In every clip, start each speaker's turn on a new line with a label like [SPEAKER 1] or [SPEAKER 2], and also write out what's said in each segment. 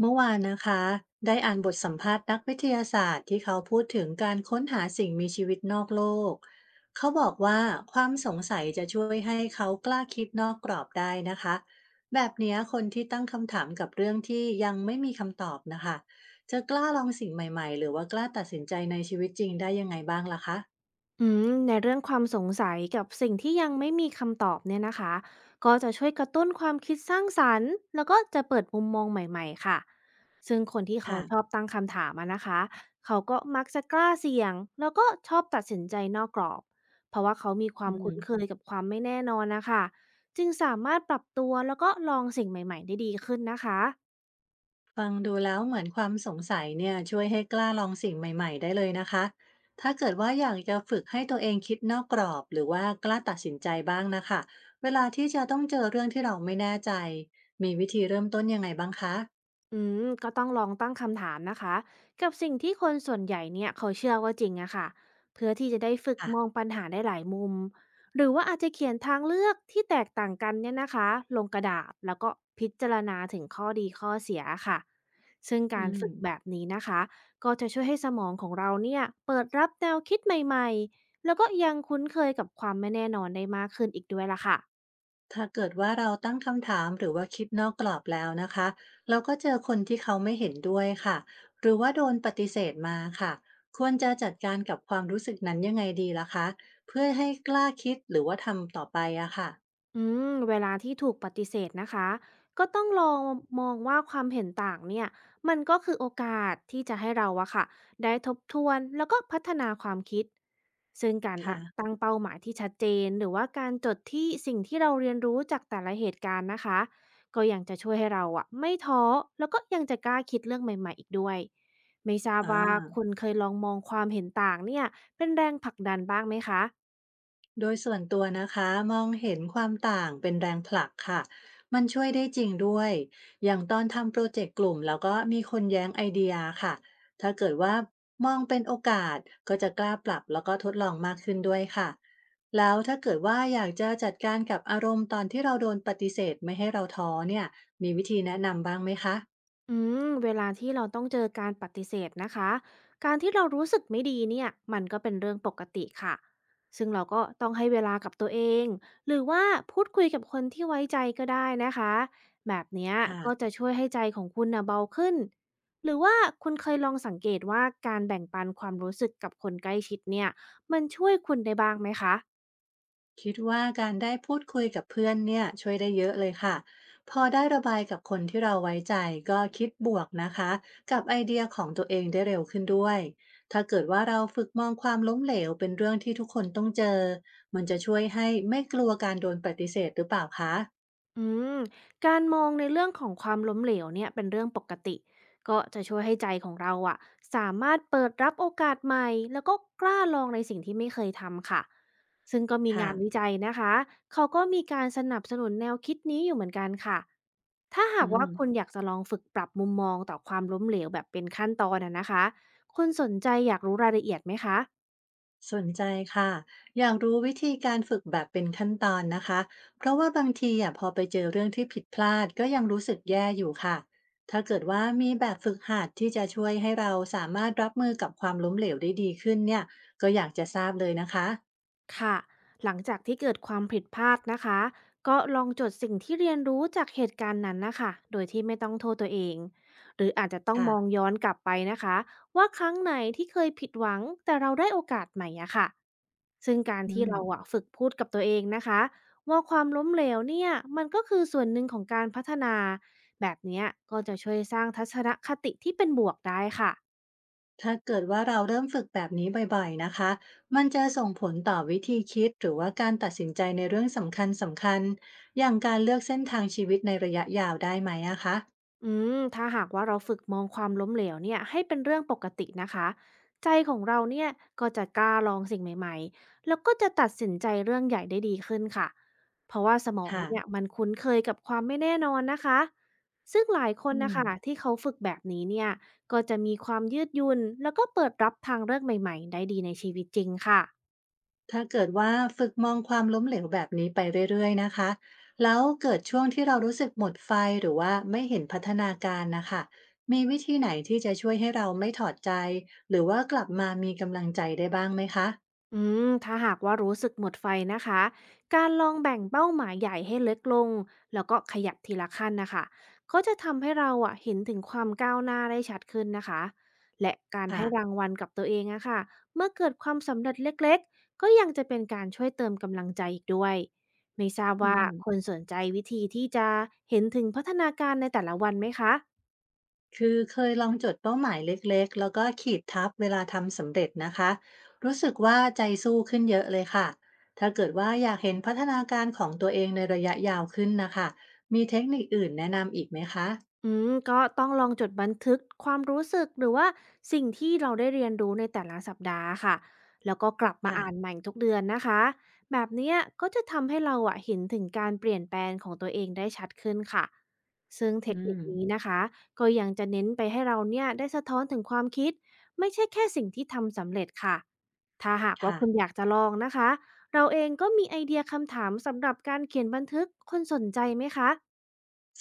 [SPEAKER 1] เมื่อวานนะคะได้อ่านบทสัมภาษณ์นักวิทยาศาสตร์ที่เขาพูดถึงการค้นหาสิ่งมีชีวิตนอกโลกเขาบอกว่าความสงสัยจะช่วยให้เขากล้าคิดนอกกรอบได้นะคะแบบเนี้ยคนที่ตั้งคำถามกับเรื่องที่ยังไม่มีคำตอบนะคะจะกล้าลองสิ่งใหม่ๆหรือว่ากล้าตัดสินใจในชีวิตจริงได้ยังไงบ้างล่ะคะ
[SPEAKER 2] ในเรื่องความสงสัยกับสิ่งที่ยังไม่มีคำตอบเนี่ยนะคะก็จะช่วยกระตุ้นความคิดสร้างสรรค์แล้วก็จะเปิดมุมมองใหม่ๆค่ะซึ่งคนที่เขา
[SPEAKER 1] ค่ะ
[SPEAKER 2] ชอบตั้งคำถามอะนะคะเขาก็มักจะกล้าเสี่ยงแล้วก็ชอบตัดสินใจนอกกรอบเพราะว่าเขามีควา
[SPEAKER 1] อื
[SPEAKER 2] ม
[SPEAKER 1] ม
[SPEAKER 2] คุ้นเคยกับความไม่แน่นอนนะคะจึงสามารถปรับตัวแล้วก็ลองสิ่งใหม่ๆได้ดีขึ้นนะคะ
[SPEAKER 1] ฟังดูแล้วเหมือนความสงสัยเนี่ยช่วยให้กล้าลองสิ่งใหม่ๆได้เลยนะคะถ้าเกิดว่าอยากจะฝึกให้ตัวเองคิดนอกกรอบหรือว่ากล้าตัดสินใจบ้างนะคะเวลาที่จะต้องเจอเรื่องที่เราไม่แน่ใจมีวิธีเริ่มต้นยังไงบ้างคะ
[SPEAKER 2] อืก็ต้องลองตั้งคำถามนะคะกับสิ่งที่คนส่วนใหญ่เนี่ยเขาเชื่อว่าจริงอะค่ะเพื่อที่จะได้ฝึก
[SPEAKER 1] ค่ะ
[SPEAKER 2] มองปัญหาได้หลายมุมหรือว่าอาจจะเขียนทางเลือกที่แตกต่างกันเนี่ยนะคะลงกระดาษแล้วก็พิจารณาถึงข้อดีข้อเสียค่ะซึ่ง
[SPEAKER 1] อื
[SPEAKER 2] การ
[SPEAKER 1] ม
[SPEAKER 2] ฝึกแบบนี้นะคะก็จะช่วยให้สมองของเราเนี่ยเปิดรับแนวคิดใหม่ๆแล้วก็ยังคุ้นเคยกับความไม่แน่นอนได้มากขึ้นอีกด้วยล่ะค่ะ
[SPEAKER 1] ถ้าเกิดว่าเราตั้งคำถามหรือว่าคิดนอกกรอบแล้วนะคะเราก็เจอคนที่เขาไม่เห็นด้วยค่ะหรือว่าโดนปฏิเสธมาค่ะควรจะจัดการกับความรู้สึกนั้นยังไงดีล่ะคะเพื่อให้กล้าคิดหรือว่าทำต่อไปอะค่ะ
[SPEAKER 2] เวลาที่ถูกปฏิเสธนะคะก็ต้องลองมองว่าความเห็นต่างเนี่ยมันก็คือโอกาสที่จะให้เราอะค่ะได้ทบทวนแล้วก็พัฒนาความคิดซึ่งการตั
[SPEAKER 1] ค่ะ
[SPEAKER 2] ตั้งเป้าหมายที่ชัดเจนหรือว่าการจดที่สิ่งที่เราเรียนรู้จากแต่ละเหตุการณ์นะคะก็ยังจะช่วยให้เราอะไม่ท้อแล้วก็ยังจะกล้าคิดเรื่องใหม่ๆอีกด้วยไม่ทราบ
[SPEAKER 1] อา
[SPEAKER 2] ว่าคุณเคยลองมองความเห็นต่างเนี่ยเป็นแรงผลักดันบ้างไหมคะ
[SPEAKER 1] โดยส่วนตัวนะคะมองเห็นความต่างเป็นแรงผลักค่ะมันช่วยได้จริงด้วยอย่างตอนทำโปรเจกต์กลุ่มแล้วก็มีคนแย้งไอเดียค่ะถ้าเกิดว่ามองเป็นโอกาสก็จะกล้าปรับแล้วก็ทดลองมากขึ้นด้วยค่ะแล้วถ้าเกิดว่าอยากจะจัดการกับอารมณ์ตอนที่เราโดนปฏิเสธไม่ให้เราท้อเนี่ยมีวิธีแนะนำบ้างไหมคะ
[SPEAKER 2] อืเวลาที่เราต้องเจอการปฏิเสธนะคะ การที่เรารู้สึกไม่ดีเนี่ย มันก็เป็นเรื่องปกติค่ะ ซึ่งเราก็ต้องให้เวลากับตัวเองหรือว่าพูดคุยกับคนที่ไว้ใจก็ได้นะคะแบบเนี้ย
[SPEAKER 1] ค่ะ
[SPEAKER 2] ก็จะช่วยให้ใจของคุณนะเบาขึ้น หรือว่าคุณเคยลองสังเกตว่าการแบ่งปันความรู้สึกกับคนใกล้ชิดเนี่ยมันช่วยคุณได้บ้างไหมคะ
[SPEAKER 1] คิดว่าการได้พูดคุยกับเพื่อนเนี่ยช่วยได้เยอะเลยค่ะพอได้ระบายกับคนที่เราไว้ใจก็คิดบวกนะคะกับไอเดียของตัวเองได้เร็วขึ้นด้วยถ้าเกิดว่าเราฝึกมองความล้มเหลวเป็นเรื่องที่ทุกคนต้องเจอมันจะช่วยให้ไม่กลัวการโดนปฏิเสธหรือเปล่าคะ
[SPEAKER 2] อืมการมองในเรื่องของความล้มเหลวเนี่ยเป็นเรื่องปกติก็จะช่วยให้ใจของเราอะสามารถเปิดรับโอกาสใหม่แล้วก็กล้าลองในสิ่งที่ไม่เคยทำค่ะซึ่งก็มี
[SPEAKER 1] ค่ะ
[SPEAKER 2] งานวิจัยนะคะเขาก็มีการสนับสนุนแนวคิดนี้อยู่เหมือนกันค่ะถ้า
[SPEAKER 1] อื
[SPEAKER 2] หากว่า
[SPEAKER 1] ม
[SPEAKER 2] คุณอยากจะลองฝึกปรับมุมมองต่อความล้มเหลวแบบเป็นขั้นตอนอะนะคะคุณสนใจอยากรู้รายละเอียดไหมคะ
[SPEAKER 1] สนใจค่ะอยากรู้วิธีการฝึกแบบเป็นขั้นตอนนะคะ เพราะว่าบางทีอ่ะพอไปเจอเรื่องที่ผิดพลาดก็ยังรู้สึกแย่อยู่ค่ะ ถ้าเกิดว่ามีแบบฝึกหัดที่จะช่วยให้เราสามารถรับมือกับความล้มเหลวได้ดีขึ้นเนี่ยก็อยากจะทราบเลยนะคะ
[SPEAKER 2] ค่ะหลังจากที่เกิดความผิดพลาดนะคะก็ลองจดสิ่งที่เรียนรู้จากเหตุการณ์นั้นนะคะโดยที่ไม่ต้องโทษตัวเองหรืออาจจะต้องมอง
[SPEAKER 1] ค่ะ
[SPEAKER 2] ย้อนกลับไปนะคะว่าครั้งไหนที่เคยผิดหวังแต่เราได้โอกาสใหม่อะค่ะซึ่งการ
[SPEAKER 1] อื
[SPEAKER 2] ที่
[SPEAKER 1] ม
[SPEAKER 2] เราอะฝึกพูดกับตัวเองนะคะว่าความล้มเหลวเนี่ยมันก็คือส่วนหนึ่งของการพัฒนาแบบเนี้ยก็จะช่วยสร้างทัศนคติที่เป็นบวกได้ค่ะ
[SPEAKER 1] ถ้าเกิดว่าเราเริ่มฝึกแบบนี้บ่อยๆนะคะมันจะส่งผลต่อวิธีคิดหรือว่าการตัดสินใจในเรื่องสำคัญสำคัญอย่างการเลือกเส้นทางชีวิตในระยะยาวได้ไหมอะคะ
[SPEAKER 2] อืถ้าหากว่าเราฝึกมองความล้มเหลวเนี่ยให้เป็นเรื่องปกตินะคะใจของเราเนี่ยก็จะกล้าลองสิ่งใหม่ๆแล้วก็จะตัดสินใจเรื่องใหญ่ได้ดีขึ้นค่ะเพราะว่าสมองเนี่ย
[SPEAKER 1] ค่ะ
[SPEAKER 2] มันคุ้นเคยกับความไม่แน่นอนนะคะซึ่งหลายค
[SPEAKER 1] อื
[SPEAKER 2] นนะ
[SPEAKER 1] ม
[SPEAKER 2] คะที่เขาฝึกแบบนี้เนี่ยก็จะมีความยืดหยุ่นแล้วก็เปิดรับทางเลือกใหม่ๆได้ดีในชีวิตจริงค่ะ
[SPEAKER 1] ถ้าเกิดว่าฝึกมองความล้มเหลวแบบนี้ไปเรื่อยๆนะคะแล้วเกิดช่วงที่เรารู้สึกหมดไฟหรือว่าไม่เห็นพัฒนาการนะคะมีวิธีไหนที่จะช่วยให้เราไม่ถอดใจหรือว่ากลับมามีกำลังใจได้บ้างไหมคะ
[SPEAKER 2] อืถ้าหากว่ารู้สึกหมดไฟนะคะการลองแบ่งเป้าหมายใหญ่ให้เล็กลงแล้วก็ขยับทีละขั้นนะคะก็จะทำให้เราอะเห็นถึงความก้าวหน้าได้ชัดขึ้นนะคะและการให้รา
[SPEAKER 1] ค่ะ
[SPEAKER 2] งวัลกับตัวเองอะค่ะเมื่อเกิดความสำเร็จเล็กๆก็ยังจะเป็นการช่วยเติมกำลังใจอีกด้วย ไม่ทราบ
[SPEAKER 1] อื
[SPEAKER 2] ว่าคน
[SPEAKER 1] ม
[SPEAKER 2] สนใจวิธีที่จะเห็นถึงพัฒนาการในแต่ละวันไหมคะ
[SPEAKER 1] คือเคยลองจดเป้าหมายเล็กๆแล้วก็ขีดทับเวลาทำสำเร็จนะคะรู้สึกว่าใจสู้ขึ้นเยอะเลยค่ะถ้าเกิดว่าอยากเห็นพัฒนาการของตัวเองในระยะยาวขึ้นนะคะมีเทคนิคอื่นแนะนำอีกไหมคะ
[SPEAKER 2] ก็ต้องลองจดบันทึกความรู้สึกหรือว่าสิ่งที่เราได้เรียนรู้ในแต่ละสัปดาห์ค่ะแล้วก็กลับมา
[SPEAKER 1] ค่ะ
[SPEAKER 2] อ่านใหม่ทุกเดือนนะคะแบบเนี้ยก็จะทำให้เราอะเห็นถึงการเปลี่ยนแปลงของตัวเองได้ชัดขึ้นค่ะซึ่งเท
[SPEAKER 1] อื
[SPEAKER 2] คนิ
[SPEAKER 1] ม
[SPEAKER 2] คนี้นะคะก็ยังจะเน้นไปให้เราเนี่ยได้สะท้อนถึงความคิดไม่ใช่แค่สิ่งที่ทำสำเร็จค่ะถ้าหากว่า
[SPEAKER 1] ค่ะ
[SPEAKER 2] คุณอยากจะลองนะคะเราเองก็มีไอเดียคำถามสำหรับการเขียนบันทึกคนสนใจไหมคะ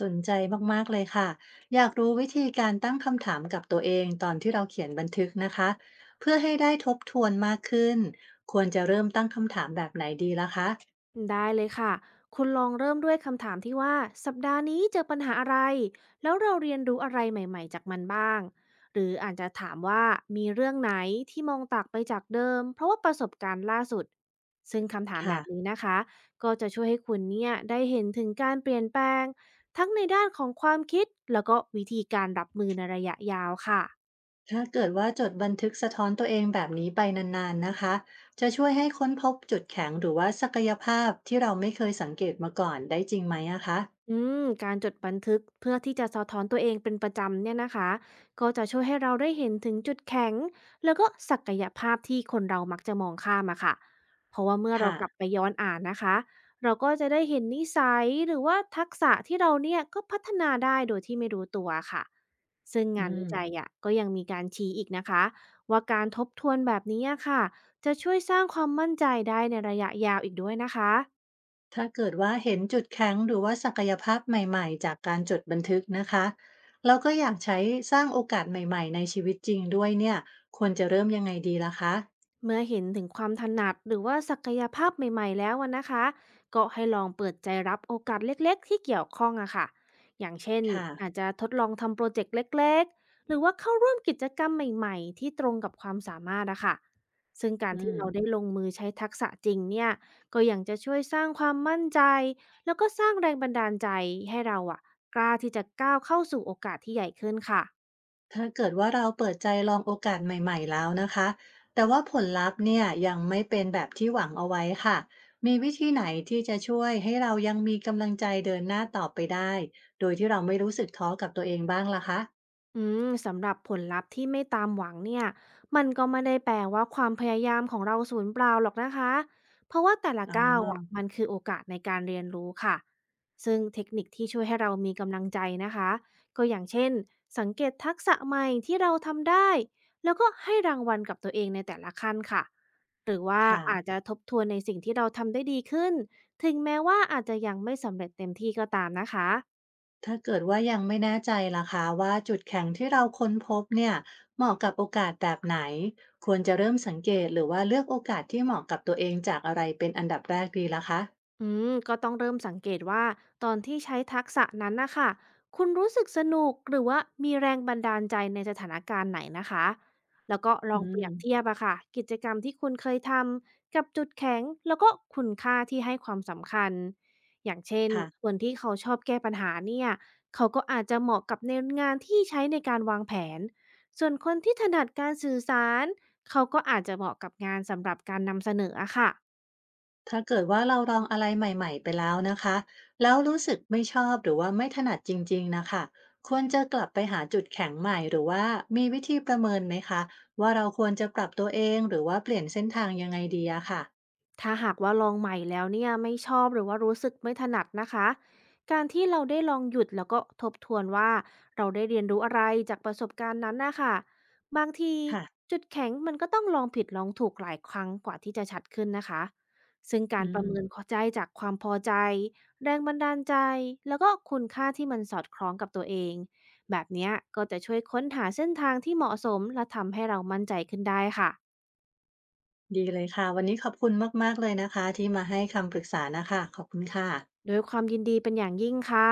[SPEAKER 1] สนใจมากๆ เลยค่ะอยากรู้วิธีการตั้งคำถามกับตัวเองตอนที่เราเขียนบันทึกนะคะเพื่อให้ได้ทบทวนมากขึ้นควรจะเริ่มตั้งคำถามแบบไหนดีล่ะคะ
[SPEAKER 2] ได้เลยค่ะ คุณลองเริ่มด้วยคำถามที่ว่าสัปดาห์นี้เจอปัญหาอะไร แล้วเราเรียนรู้อะไรใหม่ๆจากมันบ้าง หรืออาจจะถามว่ามีเรื่องไหนที่มองต่างไปจากเดิมเพราะว่าประสบการณ์ล่าสุด ซึ่งคำถามแบ
[SPEAKER 1] ค่ะ
[SPEAKER 2] บนี้นะคะก็จะช่วยให้คุณเนี่ยได้เห็นถึงการเปลี่ยนแปลงทั้งในด้านของความคิดแล้วก็วิธีการรับมือในระยะยาวค่ะ
[SPEAKER 1] ถ้าเกิดว่าจดบันทึกสะท้อนตัวเองแบบนี้ไปนานๆ นะคะจะช่วยให้ค้นพบจุดแข็งหรือว่าศักยภาพที่เราไม่เคยสังเกตมาก่อนได้จริงไหมอะคะ
[SPEAKER 2] การจดบันทึกเพื่อที่จะสะท้อนตัวเองเป็นประจำเนี่ยนะคะก็จะช่วยให้เราได้เห็นถึงจุดแข็งแล้วก็ศักยภาพที่คนเรามักจะมองข้ามอะค่ะเพราะว่าเมื่อเรา
[SPEAKER 1] ค่ะ
[SPEAKER 2] กลับไปย้อนอ่านนะคะเราก็จะได้เห็นนิสัยหรือว่าทักษะที่เราเนี่ยก็พัฒนาได้โดยที่ไม่รู้ตัวค่ะซึ่ง
[SPEAKER 1] อื
[SPEAKER 2] งานวิจัย
[SPEAKER 1] ม
[SPEAKER 2] อะก็ยังมีการชี้อีกนะคะว่าการทบทวนแบบนี้อะค่ะจะช่วยสร้างความมั่นใจได้ในระยะยาวอีกด้วยนะคะ
[SPEAKER 1] ถ้าเกิดว่าเห็นจุดแข็งหรือว่าศักยภาพใหม่ๆจากการจดบันทึกนะคะเราก็อยากใช้สร้างโอกาสใหม่ๆในชีวิตจริงด้วยเนี่ยควรจะเริ่มยังไงดีล่ะคะ
[SPEAKER 2] เมื่อเห็นถึงความถนัดหรือว่าศักยภาพใหม่ๆแล้วอะนะคะก็ให้ลองเปิดใจรับโอกาสเล็กๆที่เกี่ยวข้องอะค่ะอย่างเช่น
[SPEAKER 1] ค่ะ
[SPEAKER 2] อาจจะทดลองทำโปรเจกต์เล็กๆหรือว่าเข้าร่วมกิจกรรมใหม่ๆที่ตรงกับความสามารถอะค่ะซึ่งการ
[SPEAKER 1] อื
[SPEAKER 2] ที่
[SPEAKER 1] ม
[SPEAKER 2] เราได้ลงมือใช้ทักษะจริงเนี่ยก็ยังจะช่วยสร้างความมั่นใจแล้วก็สร้างแรงบันดาลใจให้เราอะกล้าที่จะก้าวเข้าสู่โอกาสที่ใหญ่ขึ้นค่ะ
[SPEAKER 1] ถ้าเกิดว่าเราเปิดใจลองโอกาสใหม่ๆแล้วนะคะแต่ว่าผลลัพธ์เนี่ยยังไม่เป็นแบบที่หวังเอาไว้ค่ะมีวิธีไหนที่จะช่วยให้เรายังมีกำลังใจเดินหน้าต่อไปได้โดยที่เราไม่รู้สึกท้อกับตัวเองบ้างล่ะคะ
[SPEAKER 2] สำหรับผลลัพธ์ที่ไม่ตามหวังเนี่ยมันก็ไม่ได้แปลว่าความพยายามของเราสูญเปล่าหรอกนะคะเพราะว่าแต่ละ
[SPEAKER 1] อ๋อ
[SPEAKER 2] ก้าวอะมันคือโอกาสในการเรียนรู้ค่ะซึ่งเทคนิคที่ช่วยให้เรามีกำลังใจนะคะก็อย่างเช่นสังเกตทักษะใหม่ที่เราทำได้แล้วก็ให้รางวัลกับตัวเองในแต่ละขั้นค่ะ
[SPEAKER 1] ค่ะ
[SPEAKER 2] อาจจะทบทวนในสิ่งที่เราทำได้ดีขึ้นถึงแม้ว่าอาจจะยังไม่สำเร็จเต็มที่ก็ตามนะคะ
[SPEAKER 1] ถ้าเกิดว่ายังไม่แน่ใจล่ะคะว่าจุดแข็งที่เราค้นพบเนี่ยเหมาะกับโอกาสแบบไหนควรจะเริ่มสังเกตหรือว่าเลือกโอกาสที่เหมาะกับตัวเองจากอะไรเป็นอันดับแรกดีล่ะคะ
[SPEAKER 2] ก็ต้องเริ่มสังเกตว่าตอนที่ใช้ทักษะนั้นนะคะคุณรู้สึกสนุกหรือว่ามีแรงบันดาลใจในสถานการณ์ไหนนะคะแล้วก็ล
[SPEAKER 1] อื
[SPEAKER 2] องเป
[SPEAKER 1] ม
[SPEAKER 2] รียบเทียบอะค่ะกิจกรรมที่คุณเคยทำกับจุดแข็งแล้วก็คุณค่าที่ให้ความสำคัญอย่างเช่น
[SPEAKER 1] ค่ะ
[SPEAKER 2] คนที่เขาชอบแก้ปัญหาเนี่ยเขาก็อาจจะเหมาะกับในงานที่ใช้ในการวางแผนส่วนคนที่ถนัดการสื่อสารเขาก็อาจจะเหมาะกับงานสำหรับการนำเสนออะค่ะ
[SPEAKER 1] ถ้าเกิดว่าเราลองอะไรใหม่ๆไปแล้วนะคะแล้วรู้สึกไม่ชอบหรือว่าไม่ถนัดจริงๆนะคะควรจะกลับไปหาจุดแข็งใหม่หรือว่ามีวิธีประเมินไหมคะว่าเราควรจะปรับตัวเองหรือว่าเปลี่ยนเส้นทางยังไงดีอะค่ะ
[SPEAKER 2] ถ้าหากว่าลองใหม่แล้วเนี่ยไม่ชอบหรือว่ารู้สึกไม่ถนัดนะคะการที่เราได้ลองหยุดแล้วก็ทบทวนว่าเราได้เรียนรู้อะไรจากประสบการณ์นั้นนะคะบางที
[SPEAKER 1] ค่ะ
[SPEAKER 2] จุดแข็งมันก็ต้องลองผิดลองถูกหลายครั้งกว่าที่จะชัดขึ้นนะคะซึ่งกา
[SPEAKER 1] อื
[SPEAKER 2] รประเมิน
[SPEAKER 1] ม
[SPEAKER 2] ขอใจจากความพอใจแรงบันดาลใจแล้วก็คุณค่าที่มันสอดคล้องกับตัวเองแบบเนี้ยก็จะช่วยค้นหาเส้นทางที่เหมาะสมและทำให้เรามั่นใจขึ้นได้ค่ะ
[SPEAKER 1] ดีเลยค่ะวันนี้ขอบคุณมากๆเลยนะคะที่มาให้คำปรึกษานะคะขอบคุณค่ะ
[SPEAKER 2] ด้วยความยินดีเป็นอย่างยิ่งค่ะ